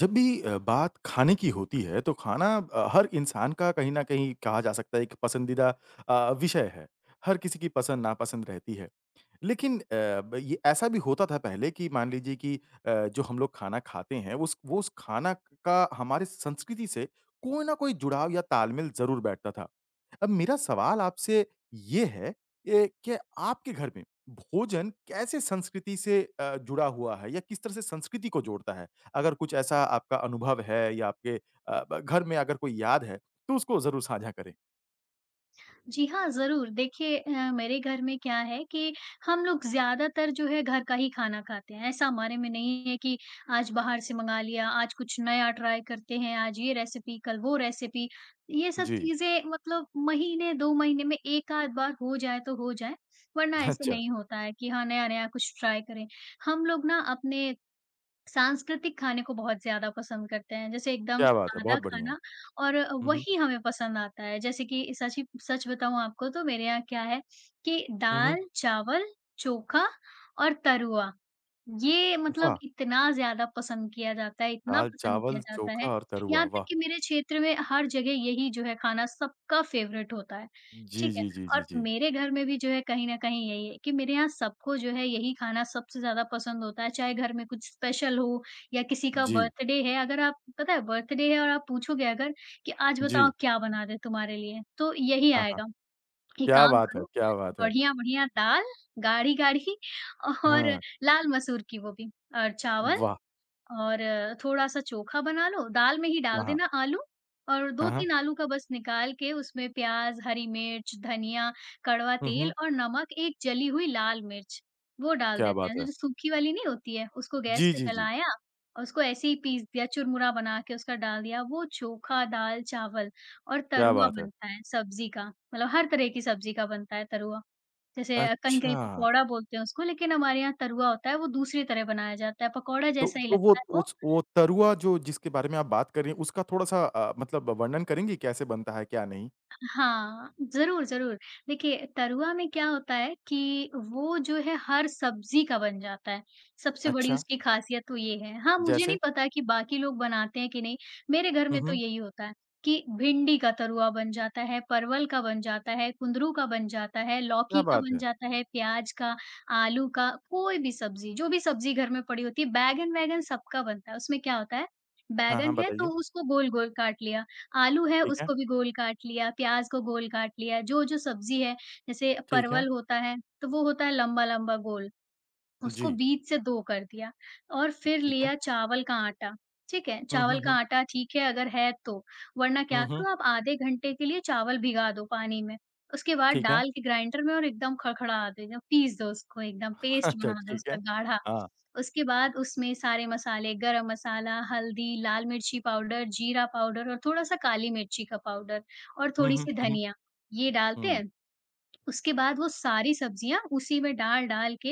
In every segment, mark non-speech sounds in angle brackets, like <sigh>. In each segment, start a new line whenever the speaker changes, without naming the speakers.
जब भी बात खाने की होती है तो खाना हर इंसान का कहीं न कहीं कहा जा सकता है एक पसंदीदा विषय है। हर किसी की पसंद नापसंद रहती है। लेकिन अ, ब ये ऐसा भी होता था पहले कि मान लीजिए कि जो हम लोग खाना खाते हैं उस खाना का हमारे संस्कृति से कोई ना कोई जुड़ाव या तालमेल ज़रूर बैठता था। अब मेरा सवाल आपसे ये है, कि आपके घर में भोजन कैसे संस्कृति से जुड़ा हुआ है या किस तरह से संस्कृति को जोड़ता है? अगर कुछ ऐसा आपका अनुभव है या आपके अ, ब घर में अगर कोई याद है तो उसको ज़रूर साझा करें।
जी हाँ, ज़रूर। देखिए मेरे घर में क्या है कि हम लोग ज़्यादातर जो है घर का ही खाना खाते हैं। ऐसा हमारे में नहीं है कि आज बाहर से मँगा लिया, आज कुछ नया ट्राई करते हैं, आज ये रेसिपी, कल वो रेसिपी। ये सब
जी।
चीज़ें मतलब महीने 2 महीने में 1 आध बार हो जाए तो हो जाए, वरना
<laughs>
ऐसे
अच्छा।
नहीं होता है कि हाँ, नया-नया कुछ ट्राई करें। हम लोग ना अपने सांस्कृतिक खाने को बहुत ज़्यादा पसंद करते हैं, जैसे एकदम
क्या बात है!
सादा
बहुत बढ़िया।
खाना और
हुँ, हुँ।
वही हमें पसंद आता है। जैसे कि सच ही सच बताऊँ आपको तो मेरे यहाँ क्या है कि
हुँ, हुँ।
दाल, चावल, चोखा और तरुआ ये मतलब
वाह!
इतना ज़्यादा पसंद किया जाता है, इतना पसंद किया
दाल-चावल,
जाता है,
चोखा और तरुआ,
यहाँ तक
वाह!
कि मेरे क्षेत्र में हर जगह यही जो है खाना सबका फ़ेवरेट होता है,
जी,
ठीक है?
जी, जी, जी,
और
जी।
मेरे घर में भी जो है कहीं न कहीं यही है कि मेरे यहाँ सबको जो है यही खाना सबसे ज़्यादा पसंद होता है, चाहे घर में कुछ स्पेशल हो या किसी का
जी,
बर्थडे है, अगर आप पता है बर्थडे है और आप पूछोगे अगर कि आज बताओ
जी।
क्या बना दें तुम्हारे लिए, तो यही
हाँ, हाँ।
आएगा। एक
क्या
काम
बात है!
करो,
क्या बात है!
बढ़िया-बढ़िया दाल, गाढ़ी-गाढ़ी और
हाँ।
लाल मसूर की वो भी और चावल
वाह!
और थोड़ा-सा चोखा बना लो, दाल में ही
हाँ,
डाल
हाँ।
देना आलू और
हाँ, हाँ।
2-3 आलू का बस निकाल के उसमें प्याज़, हरी मिर्च, धनिया, कड़वा
हुँ, हुँ।
तेल और नमक, एक जली हुई लाल मिर्च, वो डाल
क्या
देते
बात
हैं।
है!
जो सूखी वाली नहीं होती है, उसको गैस
जी,
पे
जी, जी।
जलाया और उसको ऐसे ही पीस दिया, चुरमुरा बना के उसका डाल दिया। वो चोखा, दाल, चावल और
क्या
तरुआ
बात है!
बनता है सब्ज़ी का, मतलब हर तरह की सब्ज़ी का बनता है तरुआ। जैसे कहीं-कहीं
अच्छा।
पकौड़ा बोलते हैं उसको, लेकिन हमारे यहाँ तरुआ होता है, वो दूसरी तरह बनाया जाता है, पकौड़ा जैसा ही
तो वो
लगता है वो।
उस वो तरुआ जो जिसके बारे में आप बात कर रही हैं, उसका थोड़ा-सा मतलब वर्णन करेंगी कैसे बनता है, क्या नहीं?
हाँ, ज़रूर, ज़रूर। देखिए, तरुआ में क्या होता है कि वो जो है हर सब्ज़ी का बन जाता है, सबसे बड़ी
अच्छा,
उसकी ख़ासियत तो ये है। हाँ, मुझे
जैसे?
नहीं पता कि बाकी लोग बनाते हैं कि नहीं, मेरे घर
हुँ,
में तो
हुँ।
यही होता है कि भिंडी का तरुआ बन जाता है, परवल का बन जाता है, कुंदरू का बन जाता है,
क्या
लौकी का
बात
बन
है!
जाता है, प्याज़ का, आलू का, कोई भी सब्ज़ी, जो भी सब्ज़ी घर में पड़ी होती है, बैंगन-वैगन सबका बनता है। उसमें क्या होता है,
हाँ, हाँ,
बैंगन है तो
बताइए।
उसको गोल-गोल काट लिया, आलू है
ठीक है।
उसको भी गोल काट लिया, प्याज़ को गोल काट लिया, जो-जो सब्ज़ी है, जैसे
ठीक है।
परवल होता है, तो वो होता है लंबा-लंबा गोल। उसको
जी।
बीच से 2 कर दिया और फिर
ठीक है।
लिया चावल का आटा, ठीक है?
हुँ, हुँ,
चावल का
हुँ।
आटा ठीक है अगर है तो, वरना
हुँ,
क्या
हुँ।
करो आप आधे घंटे के लिए चावल भिगा दो पानी में, उसके बाद
ठीक है।
डाल के ग्राइंडर में और एकदम खड़खड़ा दो, पीस दो उसको एकदम
<laughs>
पेस्ट
अच्छा,
बना दो
ठीक है।
उसका गाढ़ा।
हाँ।
उसके बाद उसमें सारे मसाले गरम मसाला, हल्दी, लाल मिर्ची पाउडर, जीरा पाउडर और थोड़ा-सा काली मिर्ची का पाउडर और
हुँ, हुँ,
थोड़ी-सी
हुँ, हुँ।
धनिया, ये डालते
हुँ।
हैं उसके बाद वो सारी सब्जियाँ उसी में डाल-डाल के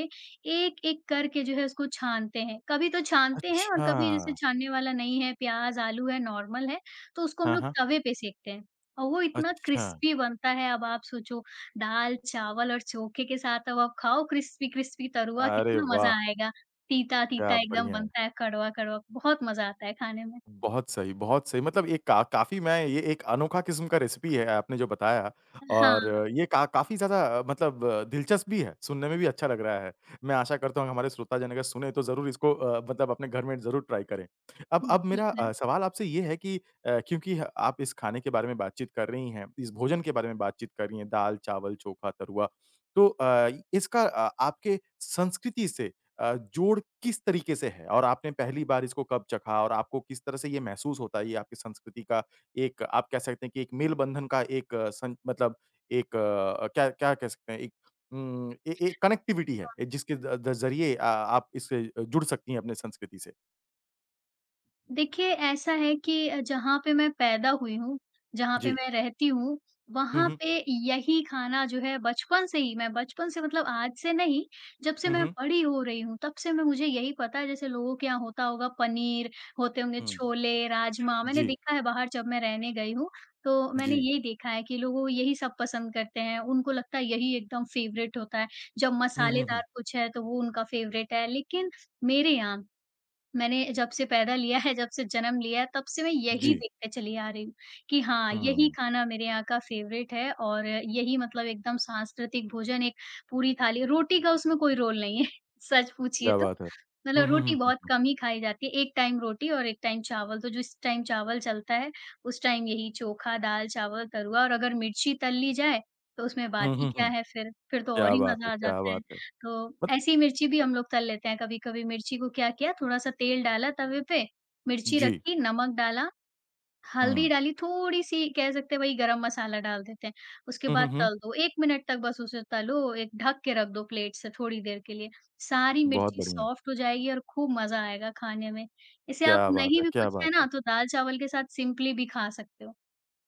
एक-एक करके जो है उसको छानते हैं। कभी तो छानते हैं और
अच्छा!
कभी जैसे छानने वाला नहीं है, प्याज़, आलू है, नॉर्मल है, तो उसको हम
हाँ,
लोग
हाँ।
तवे पे सेकते हैं और वो इतना
अच्छा!
क्रिस्पी बनता है अब आप सोचो दाल, चावल और चोखे के साथ अब आप खाओ क्रिस्पी-क्रिस्पी तरुआ
अरे
कितना मज़ा
वाह!
आएगा।
क्या
तीता-तीता एकदम
बढ़िया!
बनता है, कड़वा-कड़वा बहुत मज़ा आता है खाने में।
बहुत सही, बहुत सही। मतलब ये का काफ़ी मैं ये एक अनोखा किस्म का रेसिपी है आपने जो बताया
हाँ,
और ये का काफ़ी ज़्यादा मतलब दिलचस्प भी है, सुनने में भी अच्छा लग रहा है। मैं आशा करता हूँ हमारे श्रोताजन अगर सुने तो ज़रूर इसको मतलब अपने घर में ज़रूर ट्राई करें। अब मेरा
बिल्कुल।
सवाल आपसे ये है कि क्योंकि आप इस खाने के बारे में बातचीत कर रही हैं, इस भोजन के बारे में बातचीत कर रही हैं, दाल, चावल, चोखा, तरुआ। तो इसका आपके संस्कृति से जोड़ किस तरीके से है? और आपने पहली बार इसको कब चखा और आपको किस तरह से ये महसूस होता है? ये आपकी संस्कृति का एक आप कह सकते हैं कि एक मेल-बंधन का एक अ, सं मतलब एक अ, क्या क्या कह सकते हैं? एक उम, ए एक कनेक्टिविटी है, जिसके द द ज़रिए आप इससे जुड़ सकती हैं अपने संस्कृति से।
देखिए, ऐसा है कि जहाँ पे मैं पैदा हुई हूँ, जहाँ पे
जी।
मैं रहती हूँ,
हुँ,
वहाँ
हुँ।
पे यही खाना जो है बचपन से ही मैं बचपन से मतलब आज से नहीं, जब से
हुँ,
मैं
हुँ।
बड़ी हो रही हूँ, तब से मैं मुझे यही पता है जैसे लोगों के यहाँ होता होगा पनीर, होते होंगे
हुँ।
छोले, राजमा, मैंने
जी,
देखा है बाहर जब मैं रहने गई हूँ, तो मैंने
जी।
यही देखा है कि लोगों यही सब पसंद करते हैं, उनको लगता है यही एकदम फ़ेवरेट होता है। जब
हुँ, हुँ,
मसालेदार
हुँ।
कुछ है, तो वो उनका फ़ेवरेट है, लेकिन मेरे यहाँ मैंने जब से पैदा लिया है, जब से जन्म लिया है, तब से मैं यही
जी।
देखते चली आ रही हूँ कि हाँ, यही
हुँ।
खाना मेरे यहाँ का फ़ेवरेट है और यही मतलब एकदम सांस्कृतिक भोजन एक पूरी थाली रोटी का उसमें कोई रोल नहीं है, <laughs> सच पूछिए
क्या
तो।
बात है। हुँ,
मतलब
हुँ,
रोटी
हुँ,
बहुत
हुँ।
कम ही खाई जाती है, एक टाइम रोटी और एक टाइम चावल, तो जिस टाइम चावल चलता है, उस टाइम यही चोखा, दाल, चावल, तरुआ और अगर मिर्ची तल ली जाए, तो उसमें बात
हुँ,
ही
हुँ,
क्या
हुँ।
है फिर तो और
क्या
ही
बात है,
मज़ा आ
क्या
जाता है।
बात है।
तो
मत
ऐसी मिर्ची भी हम लोग तल लेते हैं कभी-कभी, मिर्ची को क्या किया, थोड़ा-सा तेल डाला तवे पे, मिर्ची
जी।
रखी, नमक डाला हल्दी
हुँ।
डाली, थोड़ी-सी कह सकते हैं वही गरम मसाला डाल देते हैं, उसके
हुँ, हुँ,
बाद
हुँ।
तल दो, 1 मिनट तक बस उसे तलो, एक ढक के रख दो प्लेट से थोड़ी देर के लिए, सारी
बहुत
मिर्ची
बढ़िया।
सॉफ्ट हो जाएगी और खूब मज़ा आएगा खाने में। इसे आप
क्या बात
नहीं
है!
भी
क्या
कुछ
बात
है ना,
है!
तो दाल-चावल के साथ सिंपली भी खा सकते हो,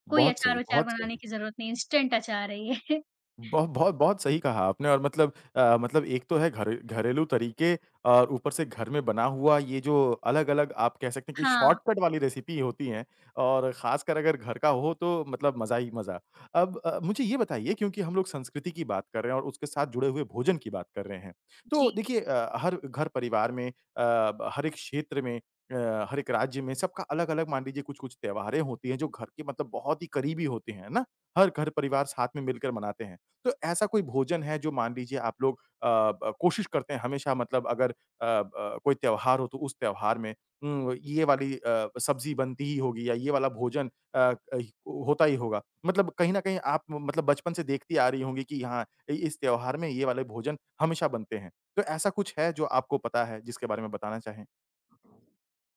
कोई
बहुत सही,
अचार-वचार
बहुत
बनाने
सही।
की ज़रूरत नहीं, इंस्टेंट अचार है ये। <laughs>
बहुत बहुत सही कहा आपने और मतलब मतलब एक तो है घर घरेलू तरीके और ऊपर से घर में बना हुआ ये जो अलग-अलग आप कह सकते हैं कि
हाँ,
शॉर्टकट वाली रेसिपी होती हैं और ख़ासकर अगर घर का हो तो मतलब मज़ा ही मज़ा। अब मुझे ये बताइए क्योंकि हम लोग संस्कृति की बात कर रहे हैं और उसके साथ जुड़े हुए भोजन की बात कर रहे हैं। तो
जी।
देखिए हर घर परिवार में हर एक क्षेत्र में हर एक राज्य में सबका अलग-अलग मान लीजिए कुछ-कुछ त्योहारें होती हैं जो घर के मतलब बहुत ही करीबी होते हैं, है ना? हर घर परिवार साथ में मिलकर मनाते हैं। तो ऐसा कोई भोजन है जो मान लीजिए आप लोग अ, ब कोशिश करते हैं हमेशा मतलब अगर अ, ब कोई त्योहार हो तो उस त्योहार में ये वाली सब्ज़ी बनती ही होगी या ये वाला भोजन अ, अहि होता ही होगा। मतलब कहीं न कहीं आप मतलब बचपन से देखती आ रही होंगी कि हाँ, इ इस त्योहार में ये वाले भोजन हमेशा बनते हैं। तो ऐसा कुछ है जो आपको पता है जिसके बारे में बताना चाहें?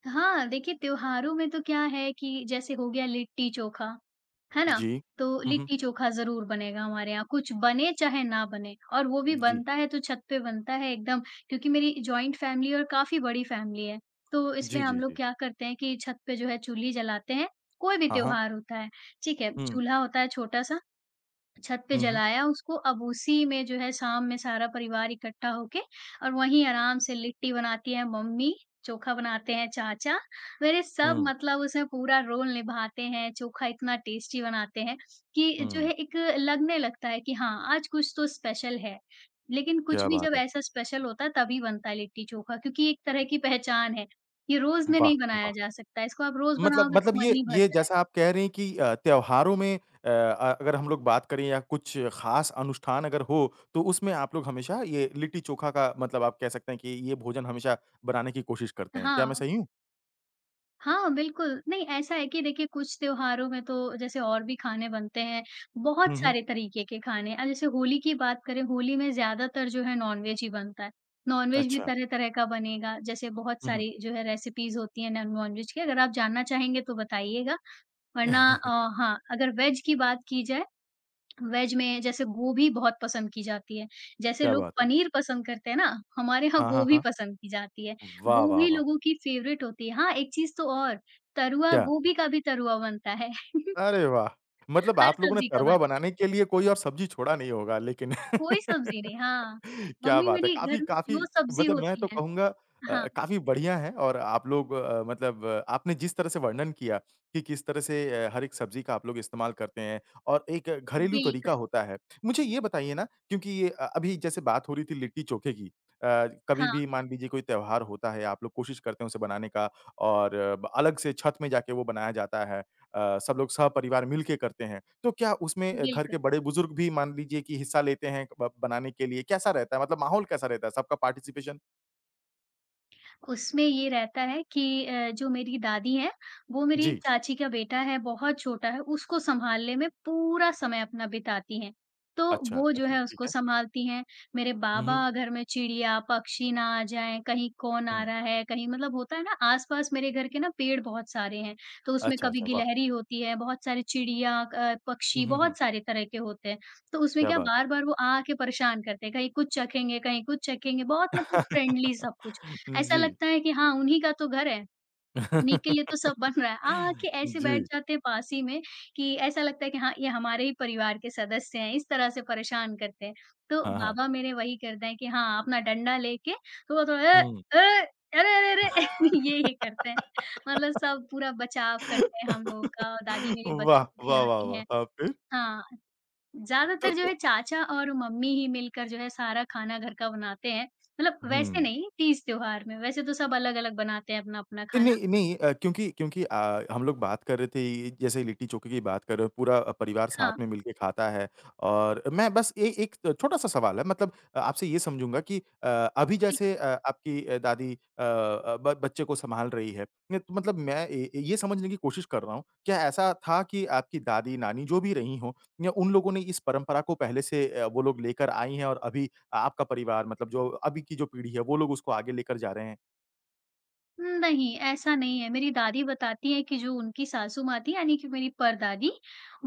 हाँ, देखिए त्योहारों में तो क्या है कि जैसे हो गया लिट्टी-चोखा है ना?
जी।
तो
हुँ, हुँ।
लिट्टी-चोखा ज़रूर बनेगा हमारे यहाँ, कुछ बने चाहे ना बने और वो भी
जी।
बनता है तो छत पे बनता है एकदम क्योंकि मेरी जॉइंट फैमिली और काफ़ी बड़ी फैमिली है। तो इसमें
जी,
हम
जी,
लोग
जी।
क्या करते हैं कि छत पे जो है चूल्ही जलाते हैं, कोई भी
हाँ, हाँ।
त्योहार होता है, ठीक है?
हुँ।
चूल्हा होता है छोटा-सा छत पे
हुँ, हुँ।
जलाया उसको, अब उसी में जो है शाम में सारा परिवार इकट्ठा होके और वहीं आराम से लिट्टी बनाती हैं मम्मी, चोखा बनाते हैं चाचा, मेरे सब
हुँ,
मतलब उसमें पूरा रोल निभाते हैं, चोखा इतना टेस्टी बनाते हैं कि जो
हुँ।
है एक लगने लगता है कि हाँ, आज कुछ तो स्पेशल है। लेकिन कुछ
क्या
भी
बात
जब
है!
ऐसा स्पेशल होता है तभी बनता है लिट्टी-चोखा क्योंकि एक तरह की पहचान है, ये रोज़ में
वाह!
नहीं बनाया जा सकता, इसको आप रोज़
मतलब
बनाओगे
मतलब
तो मन
ये
ही भर
ये जैसा
जाएगा।
आप कह रहे हैं कि त्योहारों में अगर हम लोग बात करें या कुछ खास अनुष्ठान अगर हो, तो उसमें आप लोग हमेशा ये लिट्टी-चोखा का मतलब आप कह सकते हैं कि ये भोजन हमेशा बनाने की कोशिश करते हैं। क्या मैं
हाँ।
सही हूँ?
हाँ, बिल्कुल। नहीं, ऐसा है कि देखिए कुछ त्योहारों में तो जैसे और भी खाने बनते हैं, बहुत
हुँ, हुँ।
सारे तरीके के खाने। जैसे होली की बात करें, होली में ज़्यादातर जो है नॉनवेज ही बनता है। नॉनवेज भी
अच्छा।
तरह-तरह का बनेगा, जैसे बहुत
हुँ, हुँ।
सारी जो है रेसिपीज़ होती हैं न नॉनवेज की। अगर आप जानना चाहेंगे तो बताइएगा, वरना अ,
<laughs>
हाँ, अगर वेज की बात की जाए वेज में जैसे गोभी बहुत पसंद की जाती है। जैसे
क्या
लोग
बात है!
पनीर पसंद करते हैं ना, हमारे यहाँ
हाँ, हाँ,
गोभी
हाँ।
पसंद की जाती है।
वाह, वाह,
गोभी
वाह!
लोगों की फ़ेवरेट होती है। हाँ, एक चीज़ तो और तरुआ
क्या?
गोभी का भी तरुआ बनता है,
अरे वाह!
<laughs>
मतलब
हर
आप लोगों ने
सब्ज़ी का बन
तरुआ बनाने के लिए कोई और सब्ज़ी छोड़ा नहीं होगा लेकिन। <laughs>
कोई सब्ज़ी नहीं हाँ,
क्या
मम्मी
बात है!
मेरी
काफ़ी
घर में जो
काफ़ी
सब्ज़ी
मतलब मैं
होती
तो
है
कहूँगा
हाँ,
काफ़ी बढ़िया है और आप लोग आपने जिस तरह से वर्णन किया कि किस तरह से हर एक सब्ज़ी का आप लोग इस्तेमाल करते हैं और एक घरेलू तरीका
बिल्कुल।
होता है। मुझे ये बताइए ना क्योंकि ये अभी जैसे बात हो रही थी लिट्टी-चोखे की। कभी भी
हाँ,
मान लीजिए कोई त्योहार होता है, आप लोग कोशिश करते हैं उसे बनाने का और ब अलग से छत में जाके वो बनाया जाता है। सब लोग सपरिवार मिल के करते हैं। तो क्या उसमें घर
बिल्कुल।
के बड़े-बुज़ुर्ग भी मान लीजिए कि हिस्सा लेते हैं ब बनाने के लिए? कैसा रहता है मतलब माहौल कैसा रहता है सबका पार्टिसिपेशन?
उसमें ये रहता है कि जो मेरी दादी हैं, वो मेरी
जी।
चाची का बेटा है, बहुत छोटा है, उसको सँभालने में पूरा समय अपना बिताती हैं। तो
अच्छा,
वो जो
अच्छा,
है
ठीक
उसको
है।
सँभालती हैं। मेरे
हुँ,
बाबा
हुँ,
घर में चिड़िया, पक्षी ना आ जाएँ, कहीं कौन आ
हुँ।
रहा है, कहीं मतलब होता है ना आस-पास मेरे घर के ना पेड़ बहुत सारे हैं, तो उसमें
अच्छा,
कभी
अच्छा, वाह!
गिलहरी होती है, बहुत सारी चिड़िया,
हुँ,
पक्षी
हुँ, हुँ।
बहुत सारे तरह के होते हैं। तो उसमें
क्या
क्या
बात!
बार-बार वो आ के परेशान करते हैं, कहीं कुछ चखेंगे, बहुत मतलब फ्रेंडली सब कुछ।
<laughs>
ऐसा
जी।
लगता है कि हाँ, उन्हीं का तो घर है, उन्हीं के लिए तो सब
<laughs>
बन रहा है। आ-आके ऐसे
जी।
बैठ जाते हैं पास ही में कि ऐसा लगता है कि हाँ, ये हमारे ही परिवार के सदस्य हैं, इस तरह से परेशान करते हैं। तो
हाँ, हाँ।
बाबा मेरे वही करते हैं कि हाँ, अपना डंडा लेके थोड़ा-थोड़ा
हुँ।
अ, अरे, अरे, अरे! <laughs> ये ही करते हैं। मतलब
<laughs>
सब पूरा बचाव करते हैं हम लोगों का, और दादी मेरी बच्चों
वाह!
को
वाह, वाह,
खिलाती
वाह!
हैं।
हाँ, फिर?
हाँ।
तो
ज़्यादातर जो
तो
है चाचा और मम्मी ही मिलकर जो है सारा खाना घर का बनाते हैं। मतलब वैसे
हुँ।
नहीं तीज त्योहार में, वैसे तो सब अलग-अलग बनाते हैं अपना-अपना खाना।
नहीं, नहीं, क्योंकि क्योंकि हम लिग बात कर रहे थे जैसे लिट्टी-चोखे की बात कर रहे हो, पूरा परिवार साथ
हाँ,
में मिलके खाता है और मैं बस ए एक छोटा-सा सवाल है मतलब आपसे ये समझूँगा कि अ, अभी
बिल
जैसे आपकी दादी अ अ, ब बच्चे को सँभाल रही है। नहीं तो मतलब मैं ये समझने की कोशिश कर रहा हूँ, क्या ऐसा था कि आपकी दादी, नानी जो भी रही हों या उन लोगों ने इस परंपरा को पहले से वो लोग लेकर आई हैं और अभी आपका परिवार मतलब जो अभी की जो पीढ़ी है, वो लोग उसको आगे लेकर जा रहे हैं?
नहीं, ऐसा नहीं है। मेरी दादी बताती हैं कि जो उनकी सासू माँ थी यानी कि मेरी परदादी,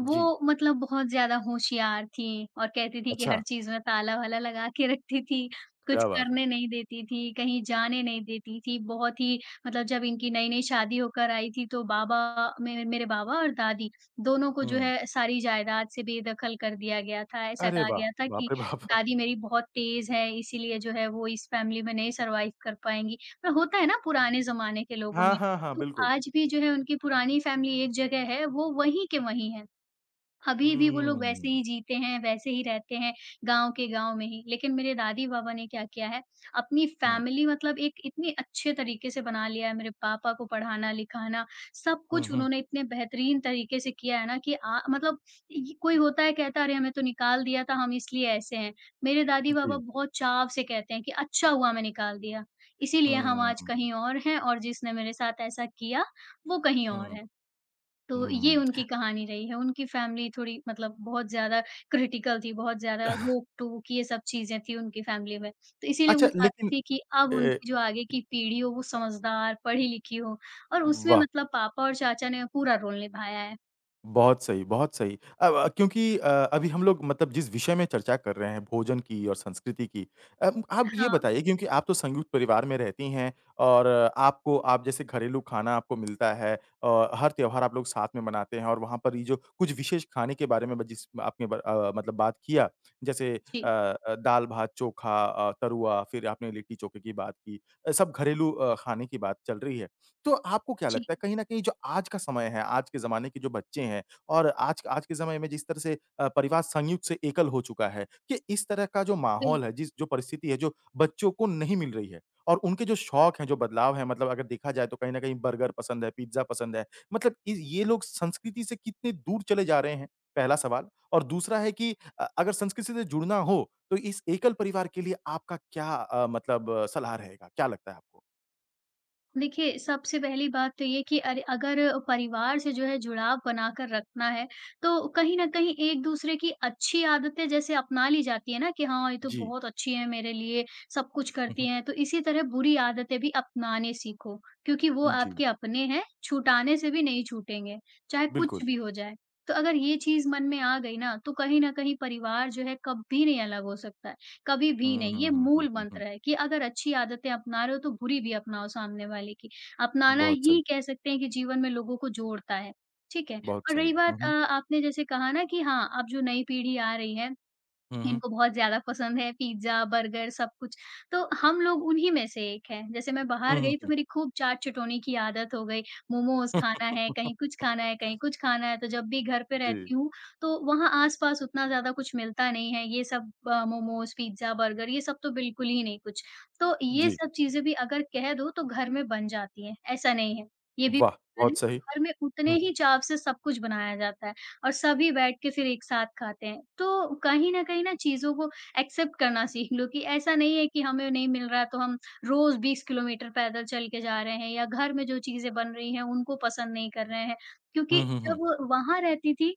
जी,
मतलब बहुत ज़्यादा होशियार थीं और कहती थी कि
अच्छा।
हर चीज़ में ताला-वाला लगा के रखती थी, कुछ
क्या बात है!
करने नहीं देती थी, कहीं जाने नहीं देती थी। बहुत ही मतलब जब इनकी नई-नई शादी होकर आई थी तो बाबा मेरे मेरे बाबा और दादी दोनों को जो
हुँ।
है सारी जायदाद से बेदखल कर दिया गया था। ऐसा
अरे
कहा
वाह!
गया था
बाप
कि
रे बाप!
दादी मेरी बहुत तेज़ है इसीलिए जो है वो इस फ़ैमिली में नहीं सर्वाइव कर पाएँगी। में होता है ना पुराने ज़माने के लोगों
हाँ,
में,
हाँ, हाँ,
तो
बिल्कुल।
आज भी जो है उनकी पुरानी फैमिली एक जगह है, वो वहीं के वहीं है। अभी भी वो लोग वैसे
हुँ,
ही जीते हैं, वैसे ही रहते हैं, गाँव के गाँव में ही। लेकिन मेरे दादी-बाबा ने क्या किया है, अपनी
हुँ,
फैमिली मतलब एक इतने अच्छे तरीके से बना लिया है, मेरे पापा को पढ़ाना-लिखाना, सब
हुँ,
कुछ
हुँ।
उन्होंने इतने बेहतरीन तरीके से किया है ना कि मतलब इ कोई होता है कहता है, "अरे! हमें तो निकाल दिया था, हम इसलिए ऐसे हैं।" मेरे दादी-बाबा
जी।
बहुत चाव से कहते हैं कि, "अच्छा हुआ हमें निकाल दिया, इसीलिए हम
हुँ,
आज
हुँ,
कहीं और हैं और जिसने मेरे साथ ऐसा किया, वो कहीं और
हुँ।
है।" तो ये
हुँ।
उनकी कहानी रही है। उनकी फैमिली थोड़ी मतलब बहुत ज़्यादा क्रिटिकल थी, बहुत ज़्यादा
<laughs>
रोक-टोक ये सब चीज़ें थी उनकी फैमिली में। तो इसीलिए वो
अच्छा
चाहती
लेकिन
थी कि अब
ए
उनकी जो आगे की पीढ़ी हो वो समझदार, पढ़ी-लिखी हो और उसमें
वाह!
मतलब पापा और चाचा ने पूरा रोल निभाया है।
बहुत सही, बहुत सही। क्योंकि अभी हम लोग मतलब जिस विषय में चर्चा कर रहे हैं भोजन की और संस्कृति की। आप ये
हाँ।
बताइए क्योंकि आप तो संयुक्त परिवार में रहती हैं और आपको आप जैसे घरेलू खाना आपको मिलता है और हर त्योहार आप लोग साथ में मनाते हैं और वहाँ पर ये जो कुछ विशेष खाने के बारे में ब जिस आपने मतलब बात किया जैसे
जी,
दाल-भात, चोखा तरुआ, फिर आपने लिट्टी-चोखे की बात की। सब घरेलू खाने की बात चल रही है। तो आपको क्या
जी।
लगता है कहीं न कहीं जो आज का समय है, आज के ज़माने के जो बच्चे हैं और आज आज के समय में जिस तरह से परिवार संयुक्त से एकल हो चुका है, कि इस तरह का जो माहौल
बिल्कुल।
है, जिस जो परिस्थिति है, जो बच्चों को नहीं मिल रही है और उनके जो शौक हैं, जो बदलाव हैं मतलब अगर देखा जाए तो कहीं न कहीं बर्गर पसंद है, पिज़्ज़ा पसंद है। मतलब इ ये लोग संस्कृति से कितने दूर चले जा रहे हैं? पहला सवाल और दूसरा है कि अगर संस्कृति से जुड़ना हो, तो इस एकल परिवार के लिए आपका क्या सलाह रहेगा? क्या लगता है आपको?
देखिए, सबसे पहली बात तो ये कि अरे अगर परिवार से जो है जुड़ाव बनाकर रखना है, तो कहीं न कहीं एक-दूसरे की अच्छी आदतें जैसे अपना ली जाती है ना कि हाँ, ये तो
जी।
बहुत अच्छी है मेरे लिए, सब कुछ
हुँ,
करती
हुँ।
हैं, तो इसी तरह बुरी आदतें भी अपनाने सीखो, क्योंकि वो
जी।
आपके अपने हैं, छुटाने से भी नहीं छूटेंगे, चाहे कुछ
बिल्कुल।
भी हो जाए। तो अगर ये चीज़ मन में आ गई ना, तो कहीं न कहीं परिवार जो है कभी नहीं अलग हो सकता। है। कभी भी
हुँ,
नहीं।
हुँ,
ये
हुँ, हुँ,
मूल
हुँ, हुँ।
मंत्र है कि अगर अच्छी आदतें अपना रहे हो तो बुरी भी अपनाओ सामने वाले की। अपनाना
बहुत सही,
ही कह सकते हैं कि जीवन में लोगों को जोड़ता है। ठीक है?
बहुत
और
सही।
रही बात
हुँ, हुँ।
आपने जैसे कहा ना कि हाँ, अब जो नई पीढ़ी आ रही है
हुँ, हुँ।
इनको बहुत ज़्यादा पसंद है पिज़्ज़ा, बर्गर सब कुछ। तो हम लोग उन्हीं में से एक हैं। जैसे मैं
हुँ,
बाहर
हुँ,
गई तो
हुँ।
मेरी खूब चाट-चटोनी की आदत हो गई। मोमोज़ खाना है, कहीं
<laughs>
कुछ खाना है, कहीं कुछ खाना है। तो जब भी घर पे
जी,
रहती हूँ तो वहाँ आस-पास उतना ज़्यादा कुछ मिलता नहीं है। ये सब मोमोज़, पिज़्ज़ा, बर्गर ये सब तो बिल्कुल ही नहीं कुछ। तो ये
जी।
सब चीज़ें भी अगर कह दो तो घर में बन जाती हैं, ऐसा नहीं है। ये भी
वाह! बहुत
तो
सही।
घर में उतने
हुँ।
ही चाव से सब कुछ बनाया जाता है। और सभी बैठ के फिर एक साथ खाते हैं। तो कहीं न कहीं ना चीज़ों को एक्सेप्ट करना सीख लो कि ऐसा नहीं है कि हमें नहीं मिल रहा है तो हम रोज़ 20 किलोमीटर पैदल चल के जा रहे हैं या घर में जो चीज़ें बन रही हैं उनको पसंद नहीं कर रहे हैं।
हुँ,
क्योंकि
हुँ, हुँ।
जब वहाँ रहती थी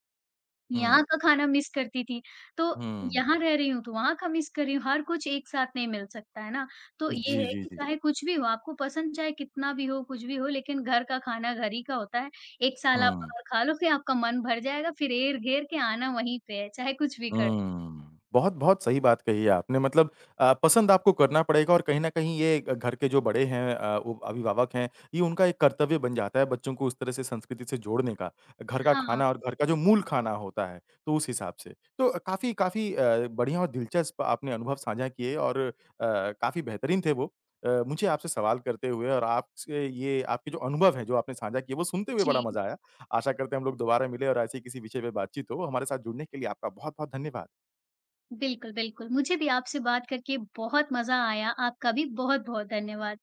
हुँ,
यहाँ का खाना मिस करती थी, तो
हुँ।
यहाँ रह रही हूँ तो वहाँ का मिस कर रही हूँ, हर कुछ एक साथ नहीं मिल सकता है ना। तो ये
जी,
है
जी,
कि
जी।
चाहे कुछ भी हो, आपको पसंद चाहे कितना भी हो, कुछ भी हो लेकिन घर का खाना घर ही का होता है। एक साल आप
हुँ।
बाहर खा लो फिर आपका मन भर जाएगा, फिर एर-घेर के आना वहीं पे है, चाहे कुछ भी कर
हुँ। बहुत-बहुत सही बात कही है आपने मतलब पसंद आपको करना पड़ेगा और कहीं न कहीं ये घ घर के जो बड़े हैं वो अभिभावक हैं, ये उनका एक कर्तव्य बन जाता है बच्चों को उस तरह से संस्कृति से जोड़ने का। घर का
हाँ,
खाना और घर का जो मूल खाना होता है, तो उस हिसाब से। तो काफ़ी काफ़ी बढ़िया और दिलचस्प आपने अनुभव साझा किए और काफ़ी बेहतरीन थे वो। मुझे आपसे सवाल करते हुए और आपसे ये आपके जो अनुभव हैं, जो आपने साझा किए, वो सुनते हुए बड़ा
जी।
मज़ा आया। आशा करते हैं हम लोग दोबारा मिले और ऐसी किसी विषय पे बातचीत हो। हमारे साथ जुड़ने के लिए आपका बहुत-बहुत धन्यवाद।
बिल्कुल, बिल्कुल। मुझे भी आपसे बात करके बहुत मज़ा आया, आपका भी बहुत-बहुत धन्यवाद।